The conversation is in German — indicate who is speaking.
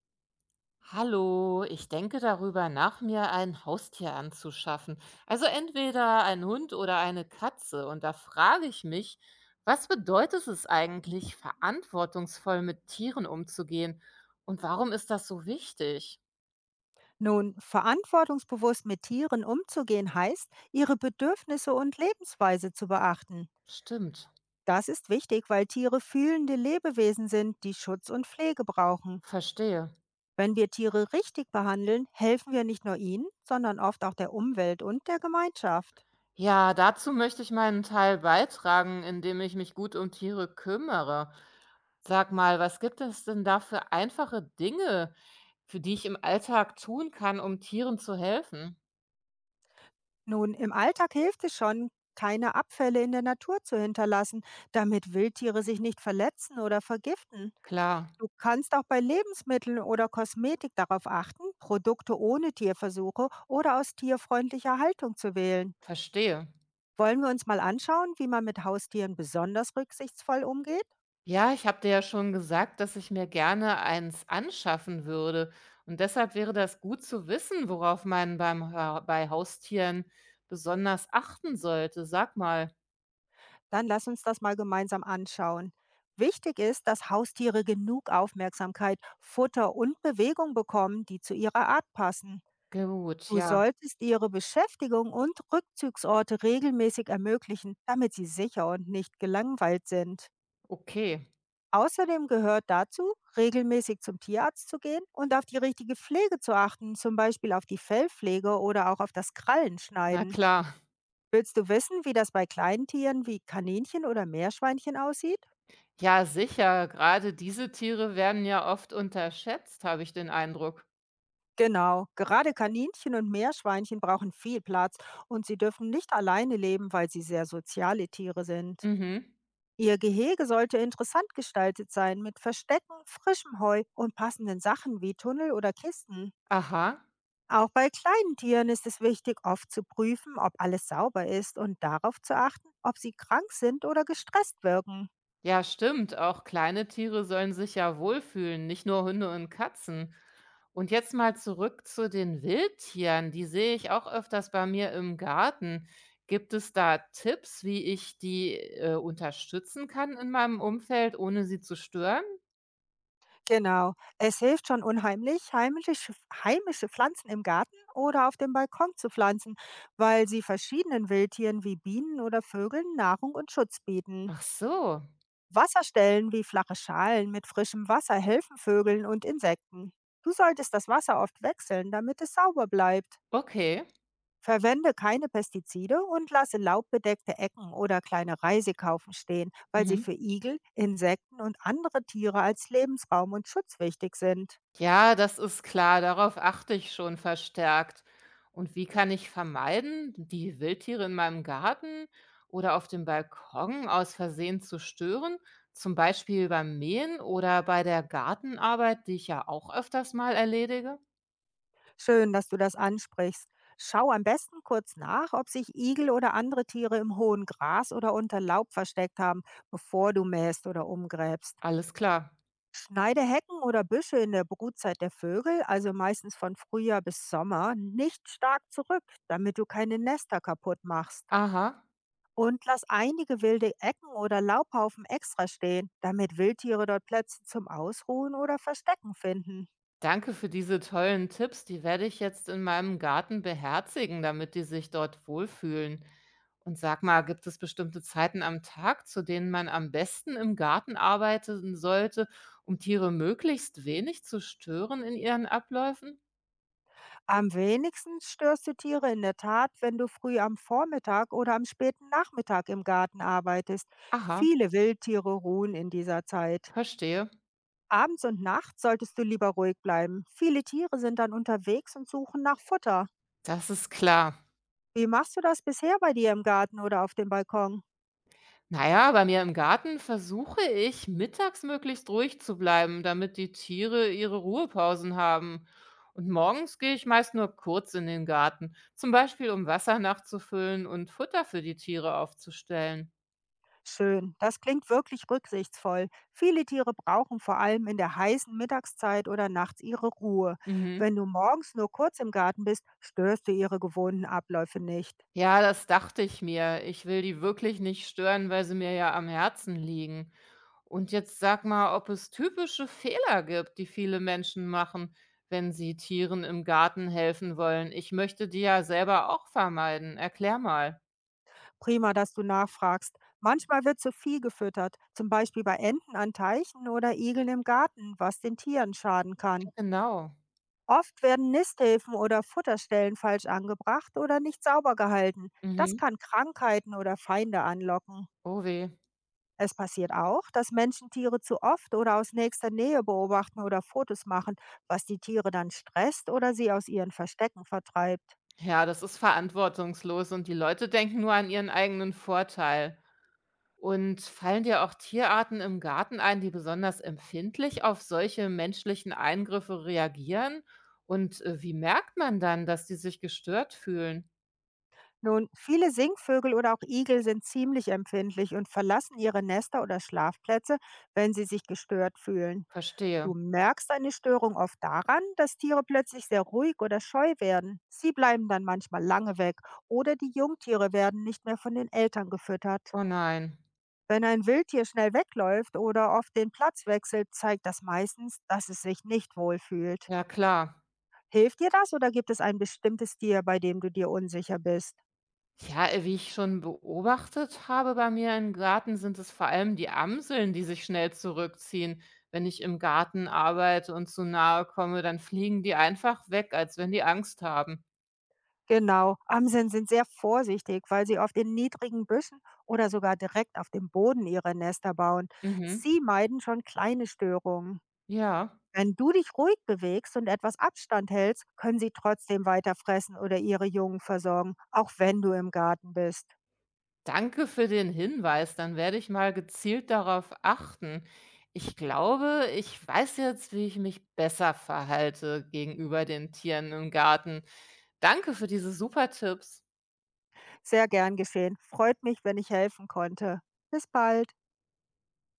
Speaker 1: Hallo, ich denke darüber nach, mir ein Haustier anzuschaffen. Also entweder ein Hund oder eine Katze. Und da frage ich mich, was bedeutet es eigentlich, verantwortungsvoll mit Tieren umzugehen? Und warum ist das so wichtig?
Speaker 2: Nun, verantwortungsbewusst mit Tieren umzugehen heißt, ihre Bedürfnisse und Lebensweise zu beachten.
Speaker 1: Stimmt,
Speaker 2: Das ist wichtig, weil Tiere fühlende Lebewesen sind, die Schutz und Pflege brauchen.
Speaker 1: verstehe.
Speaker 2: Wenn wir Tiere richtig behandeln, helfen wir nicht nur ihnen, sondern oft auch der Umwelt und der Gemeinschaft.
Speaker 1: Ja, dazu möchte ich meinen Teil beitragen, indem ich mich gut um Tiere kümmere. Sag mal, was gibt es denn da für einfache Dinge, für die ich im Alltag tun kann, um Tieren zu helfen?
Speaker 2: Nun, im Alltag hilft es schon, keine Abfälle in der Natur zu hinterlassen, damit Wildtiere sich nicht verletzen oder vergiften.
Speaker 1: Klar,
Speaker 2: Du kannst auch bei Lebensmitteln oder Kosmetik darauf achten, Produkte ohne Tierversuche oder aus tierfreundlicher Haltung zu wählen.
Speaker 1: verstehe.
Speaker 2: Wollen wir uns mal anschauen, wie man mit Haustieren besonders rücksichtsvoll umgeht?
Speaker 1: Ja, ich habe dir ja schon gesagt, dass ich mir gerne eins anschaffen würde. Und deshalb wäre das gut zu wissen, worauf man beim, bei Haustieren besonders achten sollte. Sag mal.
Speaker 2: Dann lass uns das mal gemeinsam anschauen. Wichtig ist, dass Haustiere genug Aufmerksamkeit, Futter und Bewegung bekommen, die zu ihrer Art passen.
Speaker 1: Gut,
Speaker 2: Du
Speaker 1: ja,
Speaker 2: solltest ihre Beschäftigung und Rückzugsorte regelmäßig ermöglichen, damit sie sicher und nicht gelangweilt sind.
Speaker 1: okay.
Speaker 2: Außerdem gehört dazu, regelmäßig zum Tierarzt zu gehen und auf die richtige Pflege zu achten, zum Beispiel auf die Fellpflege oder auch auf das
Speaker 1: Na
Speaker 2: Krallenschneiden.
Speaker 1: klar.
Speaker 2: Willst du wissen, wie das bei kleinen Tieren wie Kaninchen oder Meerschweinchen aussieht?
Speaker 1: Ja, sicher. Gerade diese Tiere werden ja oft unterschätzt, habe ich den Eindruck.
Speaker 2: Genau, gerade Kaninchen und Meerschweinchen brauchen viel Platz und sie dürfen nicht alleine leben, weil sie sehr soziale Tiere sind.
Speaker 1: Mhm.
Speaker 2: Ihr Gehege sollte interessant gestaltet sein mit Verstecken, frischem Heu und passenden Sachen wie Tunnel oder Kisten.
Speaker 1: Aha.
Speaker 2: Auch bei kleinen Tieren ist es wichtig, oft zu prüfen, ob alles sauber ist und darauf zu achten, ob sie krank sind oder gestresst wirken.
Speaker 1: Ja, stimmt. Auch kleine Tiere sollen sich ja wohlfühlen, nicht nur Hunde und Katzen. Und jetzt mal zurück zu den Wildtieren. Die sehe ich auch öfters bei mir im Garten. Gibt es da Tipps, wie ich die unterstützen kann in meinem Umfeld, ohne sie zu stören?
Speaker 2: Genau, es hilft schon unheimlich, heimische Pflanzen im Garten oder auf dem Balkon zu pflanzen, weil sie verschiedenen Wildtieren wie Bienen oder Vögeln Nahrung und Schutz bieten.
Speaker 1: Ach so,
Speaker 2: Wasserstellen wie flache Schalen mit frischem Wasser helfen Vögeln und Insekten. Du solltest das Wasser oft wechseln, damit es sauber bleibt.
Speaker 1: okay.
Speaker 2: Verwende keine Pestizide und lasse laubbedeckte Ecken oder kleine Reisekaufen stehen, weil sie
Speaker 1: Mhm.
Speaker 2: für Igel, Insekten und andere Tiere als Lebensraum und Schutz wichtig sind.
Speaker 1: Ja, das ist klar, darauf achte ich schon verstärkt. Und wie kann ich vermeiden, die Wildtiere in meinem Garten oder auf dem Balkon aus Versehen zu stören? Zum Beispiel beim Mähen oder bei der Gartenarbeit, die ich ja auch öfters mal erledige?
Speaker 2: Schön, dass du das ansprichst. Schau am besten kurz nach, ob sich Igel oder andere Tiere im hohen Gras oder unter Laub versteckt haben, bevor du mähst oder umgräbst.
Speaker 1: Alles klar.
Speaker 2: Schneide Hecken oder Büsche in der Brutzeit der Vögel, also meistens von Frühjahr bis Sommer, nicht stark zurück, damit du keine Nester kaputt machst.
Speaker 1: Aha.
Speaker 2: Und lass einige wilde Ecken oder Laubhaufen extra stehen, damit Wildtiere dort Plätze zum Ausruhen oder Verstecken finden.
Speaker 1: Danke für diese tollen Tipps. Die werde ich jetzt in meinem Garten beherzigen, damit die sich dort wohlfühlen. Und sag mal, gibt es bestimmte Zeiten am Tag, zu denen man am besten im Garten arbeiten sollte, um Tiere möglichst wenig zu stören in ihren Abläufen?
Speaker 2: Am wenigsten störst du Tiere in der Tat, wenn du früh am Vormittag oder am späten Nachmittag im Garten arbeitest.
Speaker 1: Aha,
Speaker 2: Viele Wildtiere ruhen in dieser Zeit.
Speaker 1: verstehe.
Speaker 2: Abends und nachts solltest du lieber ruhig bleiben. Viele Tiere sind dann unterwegs und suchen nach Futter.
Speaker 1: Das ist klar.
Speaker 2: Wie machst du das bisher bei dir im Garten oder auf dem Balkon?
Speaker 1: Na ja, bei mir im Garten versuche ich, mittags möglichst ruhig zu bleiben, damit die Tiere ihre Ruhepausen haben. Und morgens gehe ich meist nur kurz in den Garten, zum Beispiel um Wasser nachzufüllen und Futter für die Tiere aufzustellen.
Speaker 2: Schön, das klingt wirklich rücksichtsvoll. Viele Tiere brauchen vor allem in der heißen Mittagszeit oder nachts ihre Ruhe.
Speaker 1: Mhm.
Speaker 2: Wenn du morgens nur kurz im Garten bist, störst du ihre gewohnten Abläufe nicht.
Speaker 1: Ja, das dachte ich mir. Ich will die wirklich nicht stören, weil sie mir ja am Herzen liegen. Und jetzt sag mal, ob es typische Fehler gibt, die viele Menschen machen, wenn sie Tieren im Garten helfen wollen. Ich möchte die ja selber auch vermeiden. Erklär mal.
Speaker 2: Prima, dass du nachfragst. Manchmal wird zu viel gefüttert, zum Beispiel bei Enten an Teichen oder Igeln im Garten, was den Tieren schaden kann.
Speaker 1: Genau.
Speaker 2: Oft werden Nisthilfen oder Futterstellen falsch angebracht oder nicht sauber gehalten. Das
Speaker 1: Mhm.
Speaker 2: kann Krankheiten oder Feinde anlocken.
Speaker 1: Oh weh.
Speaker 2: Es passiert auch, dass Menschen Tiere zu oft oder aus nächster Nähe beobachten oder Fotos machen, was die Tiere dann stresst oder sie aus ihren Verstecken vertreibt.
Speaker 1: Ja, das ist verantwortungslos und die Leute denken nur an ihren eigenen Vorteil. Und fallen dir auch Tierarten im Garten ein, die besonders empfindlich auf solche menschlichen Eingriffe reagieren? Und wie merkt man dann, dass die sich gestört fühlen?
Speaker 2: Nun, viele Singvögel oder auch Igel sind ziemlich empfindlich und verlassen ihre Nester oder Schlafplätze, wenn sie sich gestört fühlen.
Speaker 1: Verstehe.
Speaker 2: Du merkst eine Störung oft daran, dass Tiere plötzlich sehr ruhig oder scheu werden. Sie bleiben dann manchmal lange weg oder die Jungtiere werden nicht mehr von den Eltern gefüttert.
Speaker 1: Oh nein.
Speaker 2: Wenn ein Wildtier schnell wegläuft oder oft den Platz wechselt, zeigt das meistens, dass es sich nicht wohlfühlt.
Speaker 1: Ja, klar.
Speaker 2: Hilft dir das oder gibt es ein bestimmtes Tier, bei dem du dir unsicher bist?
Speaker 1: Ja, wie ich schon beobachtet habe bei mir im Garten, sind es vor allem die Amseln, die sich schnell zurückziehen. Wenn ich im Garten arbeite und zu nahe komme, dann fliegen die einfach weg, als wenn die Angst haben.
Speaker 2: Genau, Amseln sind sehr vorsichtig, weil sie oft in niedrigen Büschen oder sogar direkt auf dem Boden ihre Nester bauen.
Speaker 1: Mhm.
Speaker 2: Sie meiden schon kleine Störungen.
Speaker 1: Ja.
Speaker 2: Wenn du dich ruhig bewegst und etwas Abstand hältst, können sie trotzdem weiter fressen oder ihre Jungen versorgen, auch wenn du im Garten bist.
Speaker 1: Danke für den Hinweis, dann werde ich mal gezielt darauf achten. Ich glaube, ich weiß jetzt, wie ich mich besser verhalte gegenüber den Tieren im Garten. Danke für diese super Tipps.
Speaker 2: Sehr gern geschehen. Freut mich, wenn ich helfen konnte. Bis bald.